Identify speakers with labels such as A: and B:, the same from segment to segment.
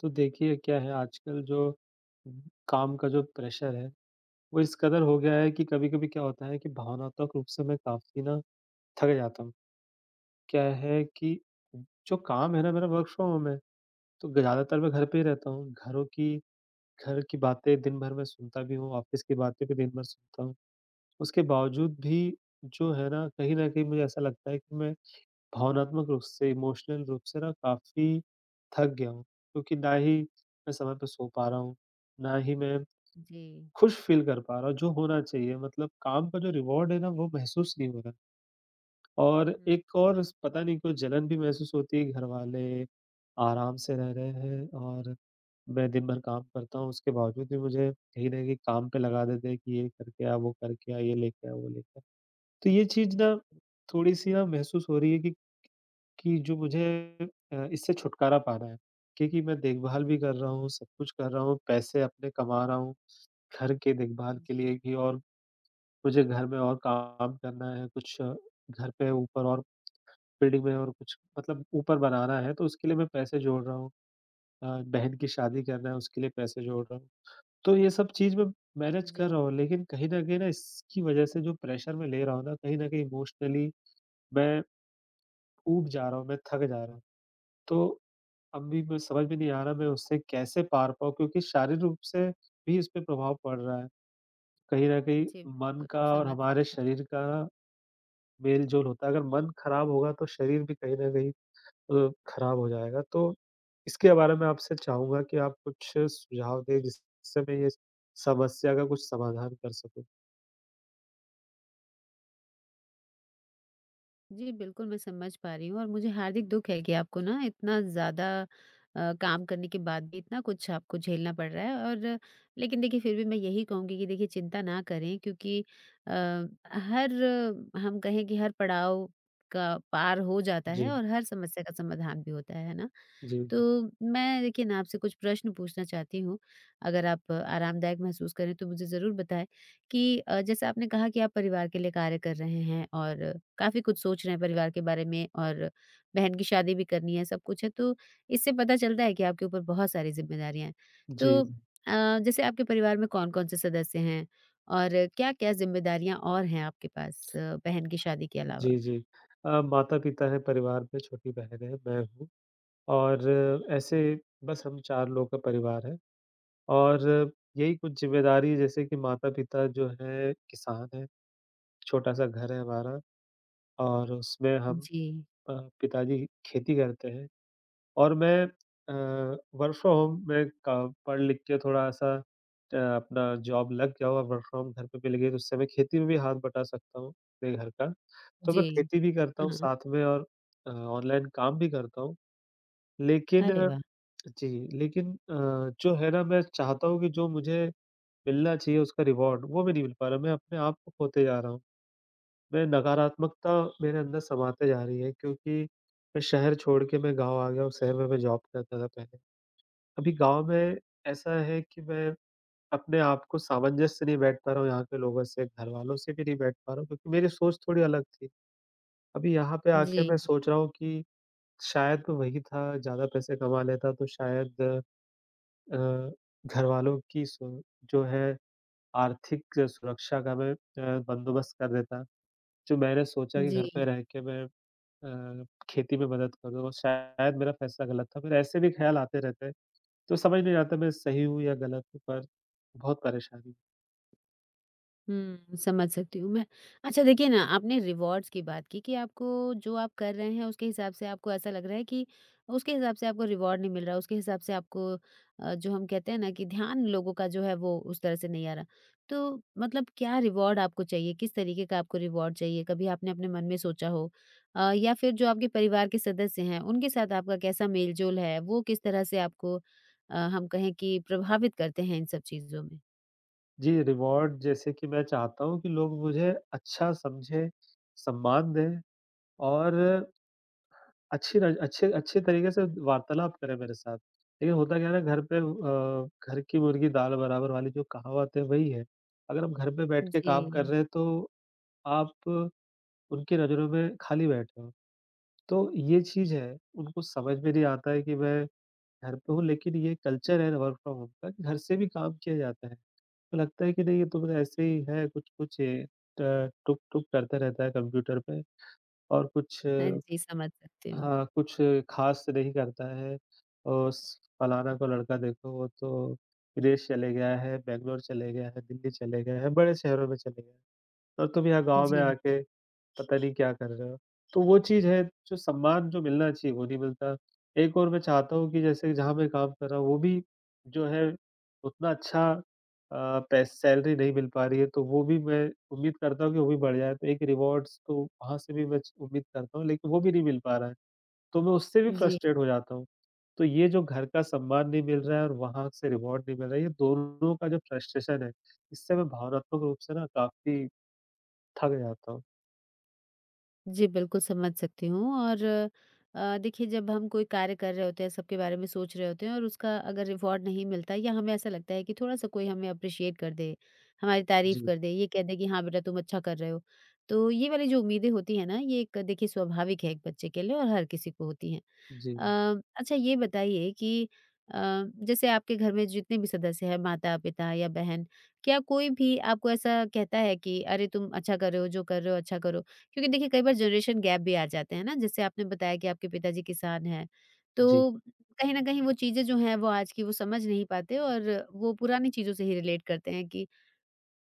A: तो देखिए क्या है आजकल जो काम का जो प्रेशर है वो इस कदर हो गया है कि कभी-कभी क्या होता है कि भावनात्मक रूप से मैं काफ़ी ना थक जाता हूँ। क्या है कि जो काम है ना मेरा वर्क फ्रॉम होम है तो ज़्यादातर मैं घर पे ही रहता हूँ। घरों की घर की बातें दिन भर मैं सुनता भी हूँ, ऑफिस की बातें भी दिन भर सुनता हूँ। उसके बावजूद भी जो है ना कहीं न कहीं मुझे ऐसा लगता है कि मैं भावनात्मक रूप से, इमोशनल रूप से ना काफ़ी थक गया हूँ, क्योंकि ना ही मैं समय पे सो पा रहा हूँ, ना ही मैं
B: जी।
A: खुश फ़ील कर पा रहा हूँ, जो होना चाहिए। मतलब काम का जो रिवॉर्ड है ना, वो महसूस नहीं हो रहा। और
B: हुँ।
A: एक और स पता नहीं क्यों जलन भी महसूस होती है, घरवाले आराम से रह रहे हैं और मैं दिन भर काम करता हूँ, उसके बावजूद भी मुझे कहीं न कहीं काम पे लगा देते हैं कि ये करके आ, वो करके आ, ये लेके आ, वो लेके आ। तो ये चीज़ ना थोड़ी-सी ना महसूस हो रही है कि कि जो मुझे इससे छुटकारा पाना है। क्योंकि मैं देखभाल भी कर रहा हूँ, सब कुछ कर रहा हूँ, पैसे अपने कमा रहा हूँ, घर के देखभाल के लिए भी और मुझे घर में और काम करना है, घर पे ऊपर और बिल्डिंग में और कुछ मतलब ऊपर बनाना है, तो उसके लिए मैं पैसे जोड़ रहा हूँ। बहन की शादी करना है, उसके लिए पैसे जोड़ रहा हूँ। तो ये सब चीज़ मैं मैनेज
B: जी,
A: कर रहा हूँ, लेकिन कहीं न कहीं ना इसकी वज़ह से जो प्रेशर मैं ले रहा हूँ ना, कहीं न कहीं इमोशनली मैं ऊब जा रहा हूँ, मैं थक जा रहा हूँ। तो अब भी मुझे समझ में नहीं आ रहा मैं उससे कैसे पार पाऊँ क्योंकि शारीरिक रूप से भी इस पे प्रभाव पड़ रहा है। कहीं न कहीं
B: जी,
A: मन
B: बिल्कुल
A: का और
B: समझ
A: हमारे
B: सकती हूँ।
A: शरीर का मेल-जोल होता है। अगर मन खराब होगा तो शरीर भी कहीं न कहीं खराब हो जाएगा। तो इसके बारे में आपसे चाहूँगा कि आप कुछ सुझाव दें जिससे मैं ये समस्या का कुछ समाधान कर सकूँ?
B: जी, बिल्कुल मैं समझ पा रही हूँ और मुझे हार्दिक दुःख है कि आपको ना इतना ज़्यादा काम करने के बाद भी इतना कुछ आपको झेलना पड़ रहा है और लेकिन देखिए फिर भी मैं यही कहूँगी कि देखिए चिंता ना करें क्योंकि अ, हर हम कहें कि हर पड़ाव का पार हो जाता है
A: जी,
B: और हर समस्या का समाधान भी होता है ना?
A: जी,
B: तो
A: जी।
B: मैं देखिए ना आपसे कुछ प्रश्न पूछना चाहती हूँ, अगर आप आरामदायक महसूस करें तो मुझे ज़रूर बताएँ। कि जैसे आपने कहा कि आप परिवार के लिए कार्य कर रहे हैं और काफ़ी कुछ सोच रहे हैं परिवार के बारे में और बहन की शादी भी करनी है, सब कुछ है, तो इससे पता चलता है कि आपके ऊपर बहुत सारी ज़िम्मेदारियाँ हैं।
A: जी,
B: तो जैसे आपके परिवार में कौन-कौन से सदस्य हैं और क्या-क्या ज़िम्मेदारियाँ और हैं आपके पास बहन की शादी के अलावा?
A: जी, जी। माता-पिता हैं परिवार में, छोटी बहन है, मैं हूँ और ऐसे बस हम 4 लोग का परिवार है। और यही कुछ ज़िम्मेदारी जैसे कि माता-पिता जो हैं किसान हैं, छोटा-सा घर है हमारा और उसमें हम
B: जी,
A: अ, पिताजी खेती करते हैं और मैं वर्क फ्रॉम होम में का पढ़-लिख के थोड़ा-सा अपना जॉब लग गया और वर्क फ्रॉम घर पे भी लगी है, तो उससे मैं खेती में भी हाथ बटा सकता हूँ अपने घर का। तो मैं
B: जी।
A: खेती भी करता हूँ
B: हाँ,
A: साथ में और ऑनलाइन काम भी करता हूँ। लेकिन
B: अरे वाह!
A: जी, लेकिन जो है ना मैं चाहता हूँ कि जो मुझे मिलना चाहिए उसका रिवॉर्ड, वो भी नहीं मिल पा रहा। मैं अपने आप को खोते जा रहा हूँ। मैं नकारात्मकता मेरे अंदर समाते जा रही है क्योंकि मैं गाँव आ गया हूँ, शहर में मैं जॉब करता था पहले। अभी गाँव में ऐसा है कि मैं अपने आप को सामंजस्य से नहीं बैठ पा रहा हूँ यहाँ के लोगों से, घरवालों से भी नहीं बैठ पा रहा हूँ क्योंकि मेरी सोच थोड़ी अलग थी। अभी यहाँ पे आके मैं
B: जी,
A: सोच रहा हूँ कि शायद मैं वही था, ज़्यादा पैसे कमा लेता तो शायद अ, घरवालों की सो जो है आर्थिक सुरक्षा का मैं बंदोबस्त कर देता, जो मैंने सोचा कि घर पे
B: जी।
A: रह के मैं खेती में मदद करूँ, शायद मेरा फैसला गलत था। फिर ऐसे भी ख़्याल आते रहते हैं, तो समझ नहीं आता मैं सही हूँ या गलत हूँ, पर बहुत परेशानी है।
B: हुँ, समझ सकती हूँ मैं। अच्छा देखिए ना, आपने रिवॉर्ड्स की बात की कि आपको जो आप कर रहे हैं उसके हिसाब से आपको ऐसा लग रहा है कि उसके हिसाब से आपको रिवॉर्ड नहीं मिल रहा, उसके हिसाब से आपको जो हम कहते हैं ना कि ध्यान लोगों का जो है वो उस तरह से नहीं आ रहा। तो मतलब क्या रिवॉर्ड आपको चाहिए? किस तरीके का आपको रिवॉर्ड चाहिए? कभी आपने अपने मन में सोचा हो? या फिर जो आपके परिवार के सदस्य हैं, उनके साथ आपका कैसा मेल-जोल है? वो किस तरह से आपको हम कहें कि प्रभावित करते हैं इन सब चीज़ों में?
A: जी, रिवॉर्ड जैसे कि मैं चाहता हूँ कि लोग मुझे अच्छा समझें, सम्मान दें और अच्छी र अच्छे अच्छे तरीके से वार्तालाप करें मेरे साथ। लेकिन होता क्या है ना घर पे घर की मुर्गी दाल बराबर वाली जो कहावत है वही है। अगर आप घर पे बैठ के काम कर
B: जी।
A: रहे हैं तो आप उनकी नज़रों में खाली बैठे हो। तो ये चीज़ है, उनको समझ में नहीं आता है कि मैं घर पे हूँ लेकिन ये कल्चर है वर्क फ्रॉम होम का कि घर से भी काम किया जाता है। तो लगता है कि नहीं ये तो बस ऐसे ही है कुछ-कुछ ये ट टुक-टुक करते रहता है कंप्यूटर पे और कुछ
B: हाँ जी, समझ सकती हूँ।
A: हाँ, कुछ ख़ास नहीं करता है। और स फलाना को लड़का देखो वो तो विदेश चले गया है, बैंगलोर चले गया है, दिल्ली चले गया है, बड़े शहरों में चले गया है और तुम यहाँ गाँव में
B: जी,
A: आके पता नहीं क्या कर रहे हो। तो वो चीज़ है जो सम्मान जो मिलना चाहिए वो नहीं मिलता। एक और मैं चाहता हूँ कि जैसे जहाँ मैं काम कर रहा हूँ वो भी जो है उतना अच्छा पैस सैलरी नहीं मिल पा रही है तो वो भी मैं उम्मीद करता हूँ कि वो भी बढ़ जाए। तो एक रिवॉर्ड्स तो वहाँ से भी मैं च उम्मीद करता हूँ लेकिन वो भी नहीं मिल पा रहा है। तो मैं उससे भी
B: जी।
A: फ्रस्ट्रेट हो जाता हूँ। तो ये जो घर का सम्मान नहीं मिल रहा है और वहाँ से रिवॉर्ड नहीं मिल रहा है, ये दोनों का जो फ्रस्ट्रेशन है, इससे मैं भावनात्मक रूप से ना काफ़ी थक जाता हूँ।
B: जी, बिल्कुल समझ सकती हूँ और देखिए जब हम कोई कार्य कर रहे होते हैं, सबके बारे में सोच रहे होते हैं और उसका अगर रिवॉर्ड नहीं मिलता या हमें ऐसा लगता है कि थोड़ा-सा कोई हमें अप्रिशिएट कर दे, हमारी तारीफ़
A: जी,
B: कर दे, ये कह दे कि हाँ बेटा तुम अच्छा कर रहे हो। तो ये वाली जो उम्मीदें होती हैं ना, ये एक देखिए स्वाभाविक है एक बच्चे के लिए और हर किसी को होती हैं। अ,
A: जी,
B: अच्छा ये बताइए कि अ, जैसे आपके घर में जितने भी सदस्य हैं माता पिता या बहन क्या कोई भी आपको ऐसा कहता है कि अरे तुम अच्छा कर रहे हो जो कर रहे हो अच्छा करो क्योंकि देखिए कई बार जनरेशन गैप भी आ जाते हैं ना जैसे आपने बताया कि आपके पिताजी किसान हैं तो
A: जी।
B: कहीं ना कहीं वो चीजें जो हैं वो आज की वो समझ नहीं पाते और वो पुरानी चीजों से ही रिलेट करते हैं कि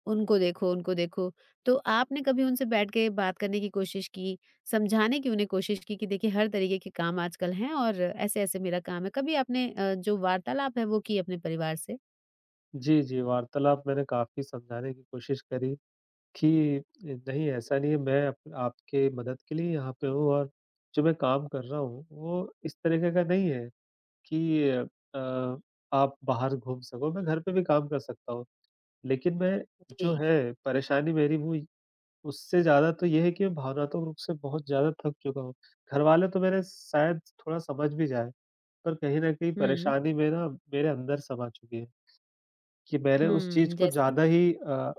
B: उनको देखो, उनको देखो। तो आपने कभी उनसे बैठ के बात करने की कोशिश की, समझाने की उन्हें कोशिश की कि देखिए हर तरीके के काम आजकल हैं और ऐसे-ऐसे मेरा काम है। कभी आपने जो वार्तालाप है वो की अपने परिवार से?
A: जी, जी, वार्तालाप मैंने काफ़ी समझाने की कोशिश करी कि नहीं ऐसा नहीं है, मैं अप आपके मदद के लिए यहाँ पे हूँ और जो मैं काम कर रहा हूँ, वो इस तरीके का नहीं है कि अ, आप बाहर घूम सको, मैं घर पे भी काम कर सकता हूँ। लेकिन मैं जो
B: जी।
A: है परेशानी मेरी वो उससे ज़्यादा तो ये है कि मैं भावनात्मक रूप से बहुत ज़्यादा थक चुका हूँ। घरवाले तो मेरे शायद थोड़ा समझ भी जाएँ, पर कहीं न कहीं
B: हुँ,
A: परेशानी में ना मेरे अंदर समा चुकी है कि मैंने उस चीज़
B: हुँ,
A: को
B: जैसे?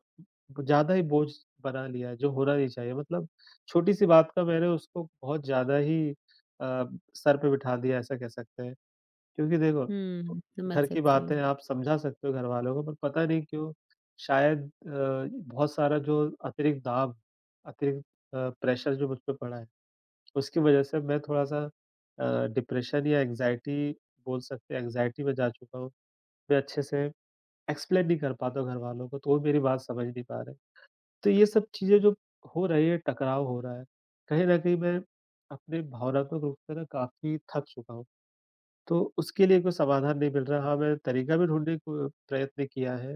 A: ज़्यादा ही बोझ बना लिया है, जो होना नहीं चाहिए। मतलब छोटी-सी बात का मैंने उसको बहुत सर पे बिठा दिया, ऐसा कह सकते हैं। क्योंकि देखो,
B: हुँ, समझ
A: घर की
B: सकती
A: बातें
B: हूँ।
A: आप समझा सकते हो घरवालों को पर पता नहीं क्यों शायद बहुत सारा जो अतिरिक्त दाब, अतिरिक्त प्रेशर जो मुझ पे पड़ा है, उसकी वजह से मैं थोड़ा-सा डिप्रेशन या एंग्ज़ायटी बोल सकते हैं, एंग्ज़ायटी में जा चुका हूँ। मैं अच्छे से एक्सप्लेन नहीं कर पाता हूँ घरवालों को, तो वो मेरी बात समझ नहीं पा रहे। तो ये सब चीज़ें जो हो रही है, टकराव हो रहा है, कहीं न कहीं मैं अपने भावनात्मक रूप से ना काफ़ी थक चुका हूँ। तो उसके लिए कोई समाधान नहीं मिल रहा। हाँ, मैंने तरीका भी ढूँढने को प्रयत्न किया है,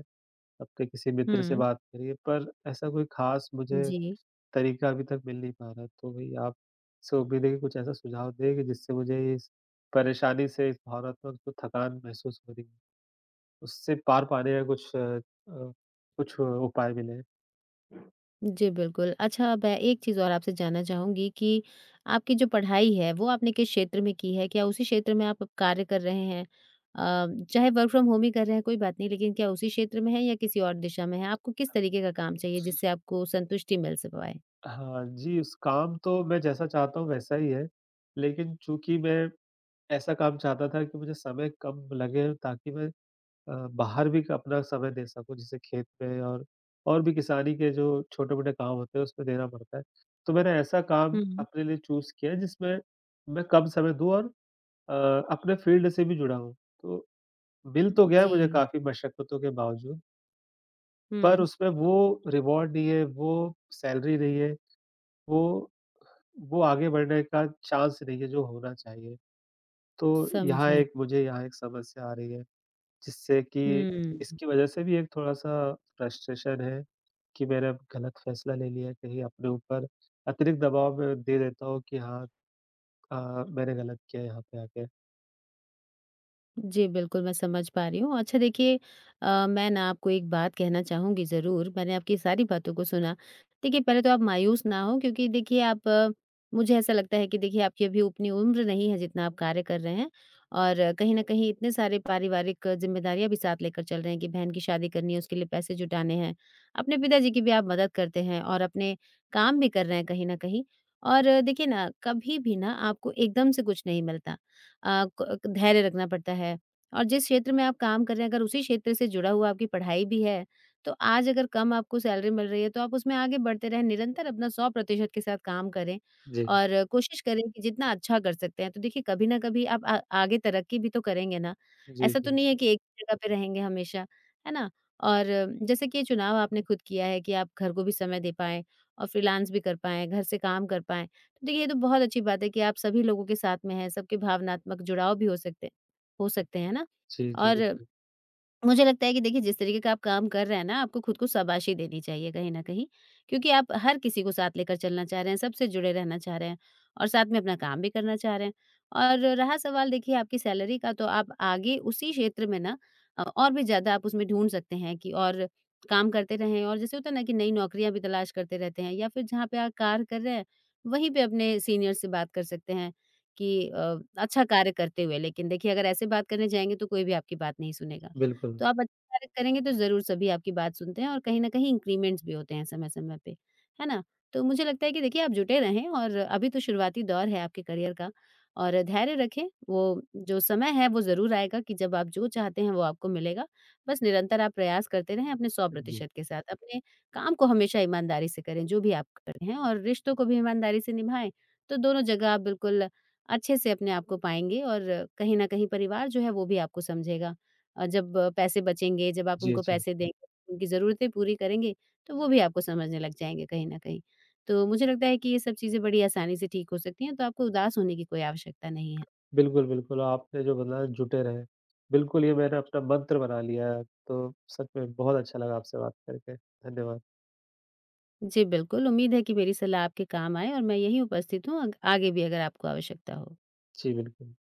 A: अपने किसी मित्र से
B: हुँ,
A: बात करी है, पर ऐसा कोई ख़ास मुझे
B: जी।
A: तरीका अभी तक मिल नहीं पा रहा है। तो भई आपसे उम्मीद है कि कुछ ऐसा सुझाव दें कि जिससे मुझे इस परेशानी से, इस भावनात्मक जो थकान महसूस हो रही है, उससे पार पाने का कुछ उपाय मिले।
B: जी, बिल्कुल। अच्छा मैं एक चीज़ और आपसे जानना चाहूँगी कि आपकी जो पढ़ाई है, वो आपने किस क्षेत्र में की है? क्या उसी क्षेत्र में आप अब कार्य कर रहे हैं? चाहे वर्क फ्रॉम होम ही कर रहे हैं कोई बात नहीं, लेकिन क्या उसी क्षेत्र में है या किसी और दिशा में है? आपको किस तरीके का काम चाहिए जिससे आपको संतुष्टि मिल स पाए?
A: हाँ जी, उस काम तो मैं जैसा चाहता हूँ वैसा ही है, लेकिन चूँकि मैं ऐसा काम चाहता था कि मुझे समय कम लगे ताकि मैं बाहर भी अपना समय दे सकूँ, जैसे खेत में और भी किसानी के जो छोटे-मोटे काम होते हैं, उसमें देना पड़ता है। तो मैंने ऐसा काम
B: हुँ, हुँ।
A: अपने लिए चूज़ किया है, जिसमें मैं कम समय दूँ और अ, अपने फ़ील्ड से भी जुड़ा हूँ। तो मिल तो गया है मुझे
B: जी।
A: काफ़ी मशक्कतों के बावजूद, पर
B: हुँ,
A: उसमें वो रिवॉर्ड नहीं है, वो सैलरी नहीं है, वो वो आगे बढ़ने का चांस नहीं है, जो होना चाहिए। तो यहाँ
B: समझी।
A: एक मुझे यहाँ एक समस्या आ रही है। जिससे कि
B: हुँ।
A: इसकी वजह से भी एक थोड़ा-सा फ्रस्ट्रेशन है कि मैंने गलत फ़ैसला ले लिया, कहीं अपने ऊपर अतिरिक्त दबाव में दे देता हूँ कि मैंने गलत किया यहाँ पे आके।
B: जी, बिल्कुल, मैं समझ पा रही हूँ। अच्छा देखिए मैं ना आपको एक बात कहना चाहूँगी ज़रूर, मैंने आपकी सारी बातों को सुना। देखिए पहले तो आप मायूस ना हों क्योंकि देखिए आप मुझे ऐसा लगता है कि देखिए आपकी अभी उतनी उम्र नहीं है जितना आप कार्य कर रहे हैं और कहीं न कहीं इतने सारे पारिवारिक ज़िम्मेदारियाँ भी साथ लेकर चल रहे हैं कि बहन की शादी करनी है, उसके लिए पैसे जुटाने हैं। अपने पिताजी की भी आप मदद करते हैं और अपने काम भी कर रहे हैं कहीं न कहीं। और देखिए ना, कभी भी ना आपको एकदम से कुछ नहीं मिलता। अ, क धैर्य रखना पड़ता है। और जिस क्षेत्र में आप काम कर रहे हैं, अगर उसी क्षेत्र से जुड़ा हुआ आपकी पढ़ाई भी है, तो आज अगर कम आपको सैलरी मिल रही है, तो आप उसमें आगे बढ़ते रहें, निरंतर अपना 100% के साथ काम करें
A: जी,
B: और कोशिश करें कि जितना अच्छा कर सकते हैं। तो देखिए, कभी ना कभी आप आ आगे तरक्की भी तो करेंगे ना।
A: जी,
B: ऐसा तो
A: जी।
B: नहीं है कि एक ही जगह पे रहेंगे हमेशा, है ना? और जैसे कि ये चुनाव आपने खुद किया है कि आप घर को भी समय दे पाएँ और फ्रीलांस भी कर पाएँ, घर से काम कर पाएँ। देखिए, ये तो बहुत अच्छी बात है कि आप सभी लोगों के साथ में हैं, सबके भावनात्मक जुड़ाव भी हो सकते हैं ना?
A: जी, जी,
B: और
A: बिल्कुल।
B: मुझे लगता है कि देखिए जिस तरीके का आप काम कर रहे हैं ना, आपको खुद को शाबाशी देनी चाहिए कहीं न कहीं, क्योंकि आप हर किसी को साथ लेकर चलना चाह रहे हैं, सबसे जुड़े रहना चाह रहे हैं और साथ में अपना काम भी करना चाह रहे हैं। और रहा सवाल देखिए आपकी सैलरी का, तो आप आगे उसी क्षेत्र में ना और भी ज़्यादा आप उसमें ढूँढ सकते हैं कि और काम करते रहें और जैसे होता है ना कि नई नौकरियाँ भी तलाश करते रहते हैं या फिर जहाँ पे आप कार्य कर रहे हैं, वहीं पे अपने सीनियर से बात कर सकते हैं कि अच्छा कार्य करते हुए। लेकिन देखिए अगर ऐसे बात करने जाएँगे तो कोई भी आपकी बात नहीं सुनेगा।
A: बिल्कुल।
B: तो आप अच्छा कार्य करेंगे तो ज़रूर सभी आपकी बात सुनते हैं और कहीं न कहीं इंक्रीमेंट्स भी होते हैं समय-समय पे, है ना? तो मुझे लगता है कि देखिए आप जुटे रहें और अभी तो शुरुआती दौर है आपके करियर का और धैर्य रखें, वो जो समय है वो ज़रूर आएगा कि जब आप जो चाहते हैं वो आपको मिलेगा। बस निरंतर आप प्रयास करते रहें अपने
A: जी,
B: 100% के साथ, अपने काम को हमेशा ईमानदारी से करें जो भी आप कर रहे हैं और रिश्तों को भी ईमानदारी से निभाएँ, तो दोनों जगह आप बिल्कुल अच्छे से अपने आप को पाएँगे और कहीं न कहीं परिवार जो है वो भी आपको समझेगा जब पैसे बचेंगे, जब आप
A: जी,
B: उनको
A: जी।
B: पैसे देंगे, उनकी ज़रूरतें पूरी करेंगे, तो वो भी आपको समझने लग जाएँगे कहीं न कहीं। तो मुझे लगता है कि ये सब चीज़ें बड़ी आसानी से ठीक हो सकती हैं, तो आपको उदास होने की कोई आवश्यकता नहीं है।
A: बिल्कुल, बिल्कुल, आपने जो बताया जुटे रहें। बिल्कुल, ये मैंने अपना मंत्र बना लिया है, तो सच में बहुत अच्छा लगा आपसे बात करके। धन्यवाद।
B: जी, बिल्कुल, उम्मीद है कि मेरी सलाह आपके काम आए और मैं यहीं उपस्थित हूँ अग आगे भी अगर आपको आवश्यकता हो।
A: जी, बिल्कुल।